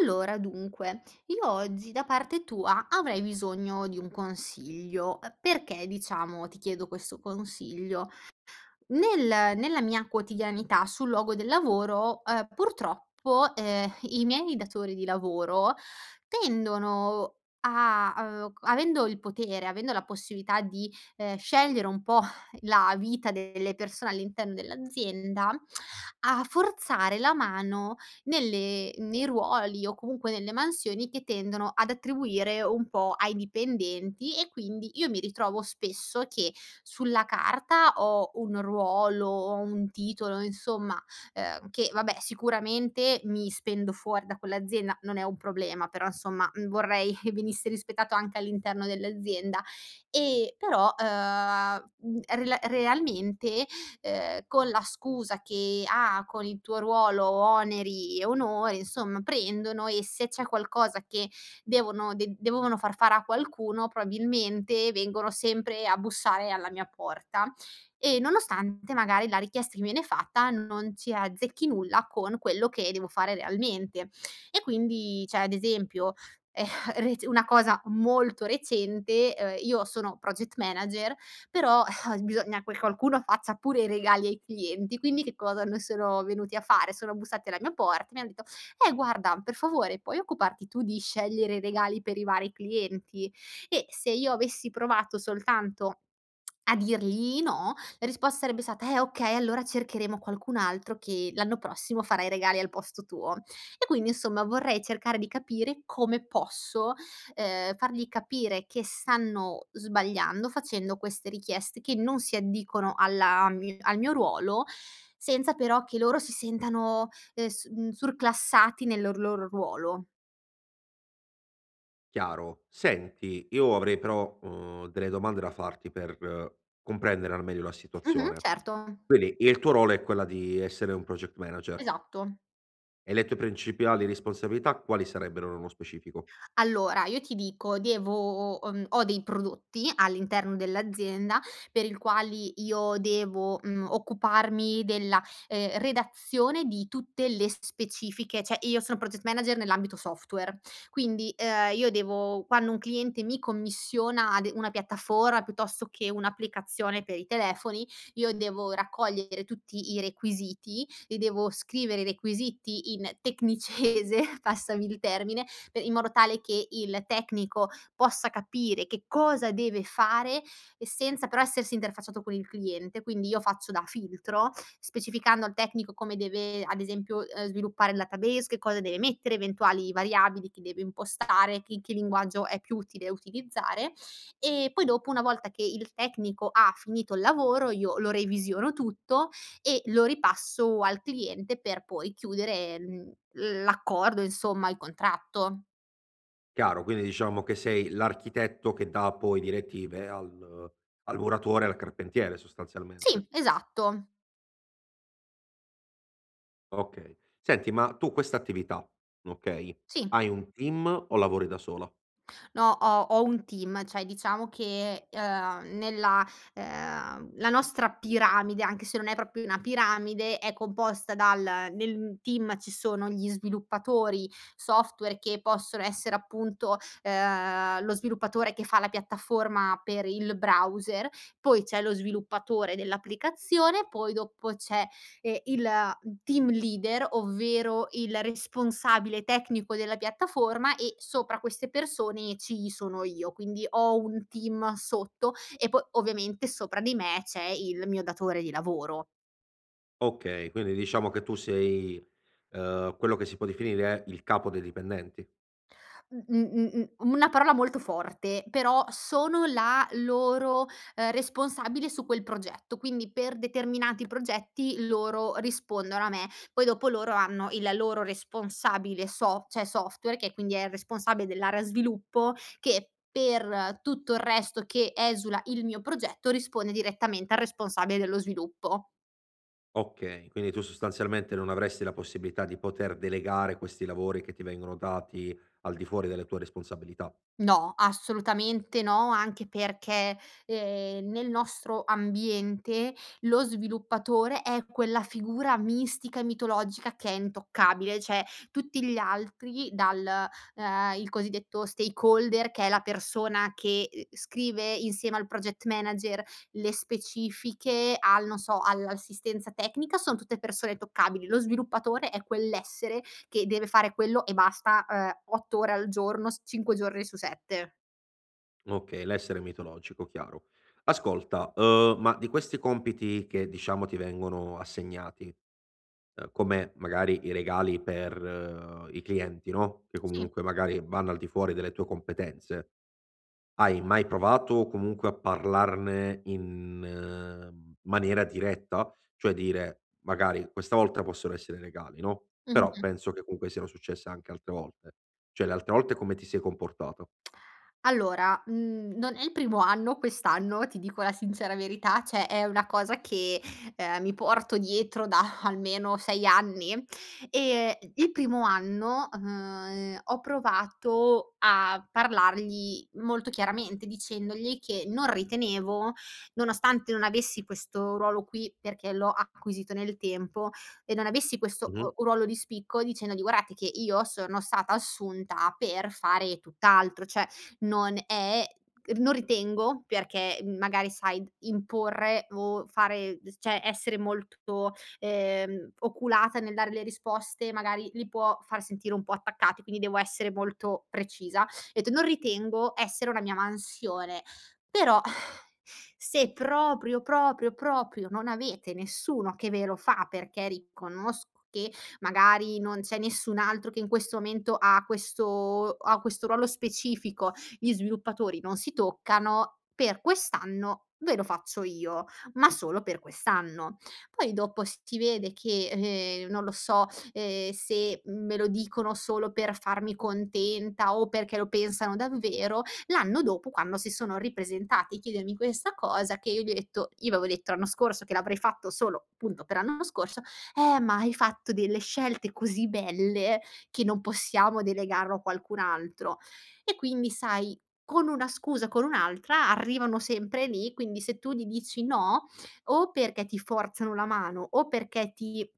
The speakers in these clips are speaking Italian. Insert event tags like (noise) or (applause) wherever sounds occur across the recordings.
Allora, dunque, io oggi da parte tua avrei bisogno di un consiglio. Perché, diciamo, ti chiedo questo consiglio? Nel nella mia quotidianità sul luogo del lavoro, purtroppo, i miei datori di lavoro tendono a avendo il potere, avendo la possibilità di, scegliere un po' la vita delle persone all'interno dell'azienda, a forzare la mano nelle nei ruoli o comunque nelle mansioni che tendono ad attribuire un po' ai dipendenti. E quindi io mi ritrovo spesso che sulla carta ho un ruolo, ho un titolo, insomma, che vabbè sicuramente mi spendo fuori da quell'azienda, non è un problema, però insomma, vorrei (laughs) venisse rispettato anche all'interno dell'azienda. E però, rela realmente, con la scusa che: "Ah, con il tuo ruolo oneri e onori", insomma prendono e se c'è qualcosa che devono de dovevano far fare a qualcuno, probabilmente vengono sempre a bussare alla mia porta e nonostante magari la richiesta che mi viene fatta non ci azzecchi nulla con quello che devo fare realmente. E quindi, cioè ad esempio, ehm, (laughs) rec una cosa molto recente, io sono project manager, però (laughs) bisogna che qualcuno faccia pure i regali ai clienti, quindi che cosa ne sono venuti a fare? Sono bussati alla mia porta e mi han detto: guarda, per favore puoi occuparti tu di scegliere i regali per i vari clienti?" E se io avessi provato soltanto a dirgli no, la risposta sarebbe stata: "Eh okay, allora cercheremo qualcun altro che l'anno prossimo farà i regali al posto tuo". E quindi insomma vorrei cercare di capire come posso, fargli capire che stanno sbagliando facendo queste richieste che non si addicono alla mi al mio ruolo, senza però che loro si sentano surclassati nel loro ruolo. Chiaro. Senti, io avrei però, delle domande da farti per comprendere al meglio la Mh-mh, situazione. certo, Quindi il tuo ruolo è quella di essere un project manager esatto. e le tue principali responsabilità quali sarebbero nello specifico? Allora, io ti dico, devo ho dei prodotti all'interno dell'azienda per il quali io devo, occuparmi della, redazione di tutte le specifiche, cioè io sono project manager nell'ambito software, quindi, io devo, quando un cliente mi commissiona de una piattaforma piuttosto che un'applicazione per i telefoni, io devo raccogliere tutti i requisiti, li devo scrivere i requisiti in tecnicese, (laughs) passami il termine, pe in modo tale che il tecnico possa capire che cosa deve fare e senza però essersi interfacciato con il cliente. Quindi io faccio da filtro, specificando al tecnico come deve, ad esempio, sviluppare il database, che cosa deve mettere, eventuali variabili che deve impostare, che linguaggio è più utile utilizzare. E poi dopo, una volta che il tecnico ha finito il lavoro, io lo revisiono tutto e lo ripasso al cliente per poi chiudere, l'accordo, insomma, il contratto. Chiaro, quindi diciamo che sei l'architetto che dà poi direttive al al muratore e al carpentiere Sì, sostanzialmente. esatto. Okay. Senti, ma tu questa attività, okay, Sì. hai un team o lavori da sola? No, ho un team, cioè diciamo che, nella la nostra piramide, anche se non è proprio una piramide, è composta dal nel team ci sono gli sviluppatori software che possono essere appunto, lo sviluppatore che fa la piattaforma per il browser, poi c'è lo sviluppatore dell'applicazione, poi dopo c'è il team leader, ovvero il responsabile tecnico della piattaforma, e sopra queste persone ci sono io. Quindi ho un team sotto e poi ovviamente sopra di me c'è il mio datore di lavoro. Okay, quindi diciamo che tu sei, quello che si può definire il capo dei dipendenti. Una parola molto forte, però sono la loro, responsabile su quel progetto, quindi per determinati progetti loro rispondono a me. Poi dopo loro hanno il loro responsabile so cioè software, che quindi è il responsabile dell'area sviluppo, che per tutto il resto che esula il mio progetto risponde direttamente al responsabile dello sviluppo. Okay, quindi tu sostanzialmente non avresti la possibilità di poter delegare questi lavori che ti vengono dati al di fuori delle tue responsabilità. No, assolutamente no, anche perché, nel nostro ambiente lo sviluppatore è quella figura mistica e mitologica che è intoccabile, cioè tutti gli altri, dal il cosiddetto stakeholder, che è la persona che, scrive insieme al project manager le specifiche, al, non so, all'assistenza tecnica, son tutte persone toccabili. Lo sviluppatore è quell'essere che deve fare quello e basta, 8 ore al giorno, s 5 giorni su 7. Okay, l'essere mitologico, chiaro. Ascolta, ma di questi compiti che diciamo ti vengono assegnati, come magari i regali per i clienti, no, che Sì. comunque magari vanno al di fuori delle tue competenze. Hai mai provato comunque a parlarne in, maniera diretta? Cioè dire: "Magari questa volta possono essere regali", no, Mh-mh, però mh. penso che comunque siano successe anche altre volte. Cioè le altre volte come ti sei comportato? Allora, non è il primo anno quest'anno, ti dico la sincera verità, cioè è una cosa che, mi porto dietro da (laughs) almeno 6 anni. E il primo anno, ho provato a parlargli molto chiaramente, dicendogli che non ritenevo, nonostante non avessi questo ruolo qui, perché l'ho acquisito nel tempo, e non avessi questo Mh-mh. o ruolo di spicco, dicendogli: "Guardate che io sono stata assunta per fare tutt'altro, cioè non è non ritengo", perché magari sai imporre o fare, cioè essere molto, oculata nel dare le risposte, magari li può far sentire un po' attaccati, quindi devo essere molto precisa. Ho detto: "Non ritengo essere una mia mansione, però se proprio, proprio, proprio non avete nessuno che ve lo fa, perché riconosco che magari non c'è nessun altro che in questo momento ha questo ruolo specifico, gli sviluppatori non si toccano, per quest'anno ve lo faccio io, ma solo per quest'anno". Poi dopo si vede che, non lo so, se me lo dicono solo per farmi contenta o perché lo pensano davvero. L'anno dopo, quando si sono ripresentati a chiedermi questa cosa che io gli ho detto, io avevo detto l'anno scorso che l'avrei fatto solo appunto per l'anno scorso: ma hai fatto delle scelte così belle che non possiamo delegarlo a qualcun altro". E quindi sai, con una scusa o con un'altra arrivano sempre lì, quindi se tu gli dici no, o perché ti forzano la mano o perché ti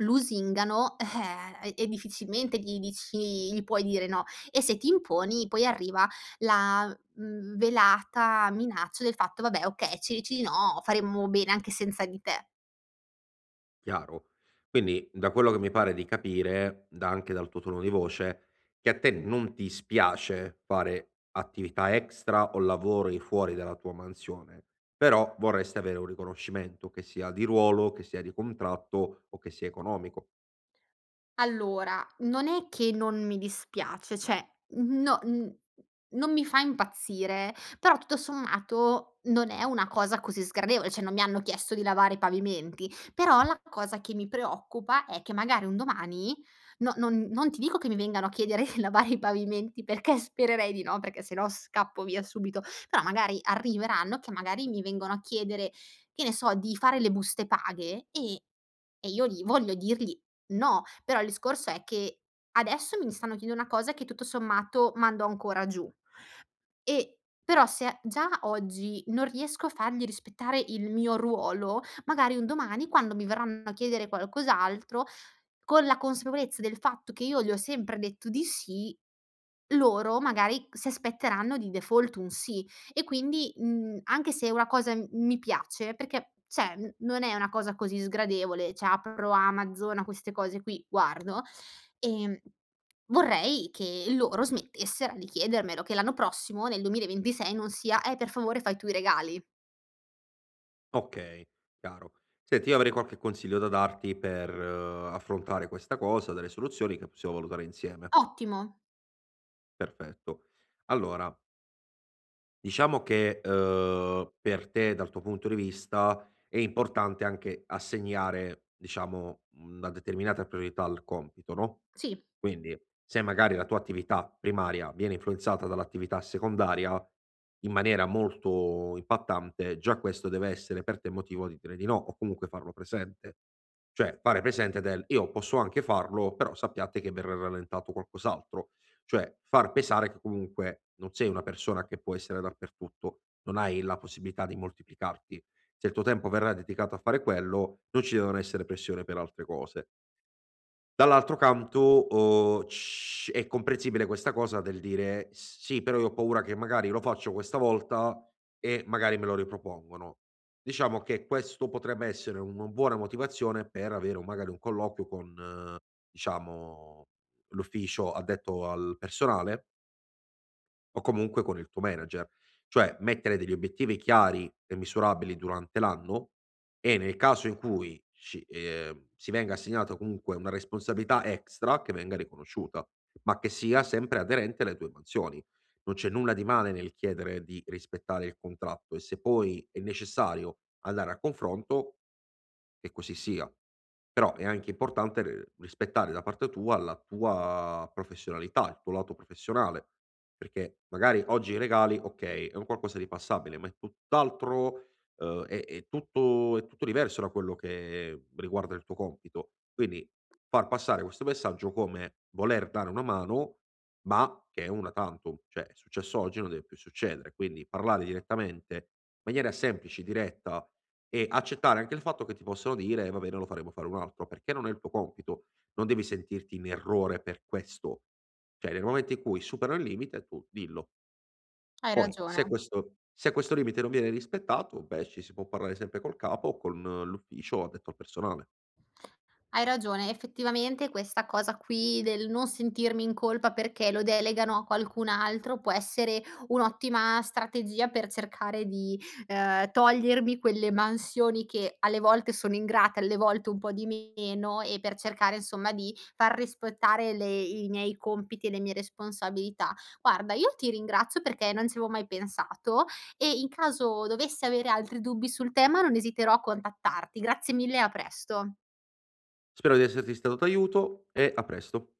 lusingano, e difficilmente gli puoi dire no. E se ti imponi poi arriva la, velata minaccia del fatto: "Vabbè, okay, ci dici di no, faremmo bene anche senza di te". Chiaro. Quindi, da quello che mi pare di capire, da anche dal tuo tono di voce, che a te non ti spiace fare attività extra o lavori fuori dalla tua mansione, però vorresti avere un riconoscimento, che sia di ruolo, che sia di contratto o che sia economico. Allora, non è che non mi dispiace, cioè no n non mi fa impazzire, però tutto sommato non è una cosa così sgradevole, cioè non mi hanno chiesto di lavare i pavimenti, però la cosa che mi preoccupa è che magari un domani, no, non non ti dico che mi vengano a chiedere (laughs) di lavare i pavimenti, perché spererei di no, perché se no scappo via subito, però magari arriveranno, che magari mi vengono a chiedere, che ne so, di fare le buste paga. E e io lì voglio dirgli: no. Però il discorso è che adesso mi stanno chiedendo una cosa che tutto sommato mando ancora giù. E però se a già oggi non riesco a fargli rispettare il mio ruolo, magari un domani quando mi verranno a chiedere qualcos'altro, con la consapevolezza del fatto che io gli ho sempre detto di sì, loro magari si aspetteranno di default un sì. E quindi, anche se una cosa m mi piace, perché cioè, n non è una cosa così sgradevole, cioè apro Amazon, a queste cose qui, guardo, Ehm, Vorrei che loro smettessero di chiedermelo, che l'anno prossimo, nel 2026, non sia: per favore fai tu i regali". Okay, chiaro. Senti, io avrei qualche consiglio da darti per affrontare questa cosa, delle soluzioni che possiamo valutare insieme. Ottimo, Perfetto. Allora, diciamo che, per te, dal tuo punto di vista, è importante anche assegnare, diciamo, una determinata priorità al compito, no? sì, Quindi, se magari la tua attività primaria viene influenzata dall'attività secondaria in maniera molto impattante, già questo deve essere per te motivo di dire di no o comunque farlo presente. Cioè, fare presente del io posso anche farlo, però sappiate che verrà rallentato qualcos'altro. Cioè, far pesare che comunque non sei una persona che può essere dappertutto, non hai la possibilità di moltiplicarti. Se il tuo tempo verrà dedicato a fare quello, non ci devono essere pressioni per altre cose. Dall'altro canto, c è comprensibile questa cosa del dire: "Sì, però io ho paura che magari lo faccio questa volta e magari me lo ripropongono." Diciamo che questo potrebbe essere una buona motivazione per avere un magari un colloquio con, eh, diciamo, l'ufficio addetto al personale o comunque con il tuo manager. Cioè, mettere degli obiettivi chiari e misurabili durante l'anno e nel caso in cui sci si venga assegnata comunque una responsabilità extra, che venga riconosciuta, ma che sia sempre aderente alle tue mansioni. Non c'è nulla di male nel chiedere di rispettare il contratto e se poi è necessario andare a confronto, che così sia. Però è anche importante r rispettare da parte tua la tua professionalità, il tuo lato professionale. Perché magari oggi i regali, okay, è un qualcosa di passabile, ma è tutt'altro, è tutto diverso da quello che riguarda il tuo compito. Quindi far passare questo messaggio come voler dare una mano, ma che è una tantum, cioè è successo oggi, non deve più succedere. Quindi parlare direttamente, in maniera semplice, diretta e accettare anche il fatto che ti possano dire: va bene, lo faremo fare un altro", perché non è il tuo compito. Non devi sentirti in errore per questo. Cioè, nel momento in cui superano il limite tu dillo. hai Poi ragione. se questo limite non viene rispettato, beh, ci si può parlare sempre col capo o con l'ufficio addetto al personale. Hai ragione, effettivamente questa cosa qui del non sentirmi in colpa perché lo delegano a qualcun altro può essere un'ottima strategia per cercare di, togliermi quelle mansioni che alle volte sono ingrata, alle volte un po' di meno, e per cercare insomma di far rispettare le i miei compiti e le mie responsabilità. Guarda, io ti ringrazio perché non ci avevo mai pensato e in caso dovessi avere altri dubbi sul tema non esiterò a contattarti. Grazie mille e a presto. Spero di esserti stato d'aiuto e a presto.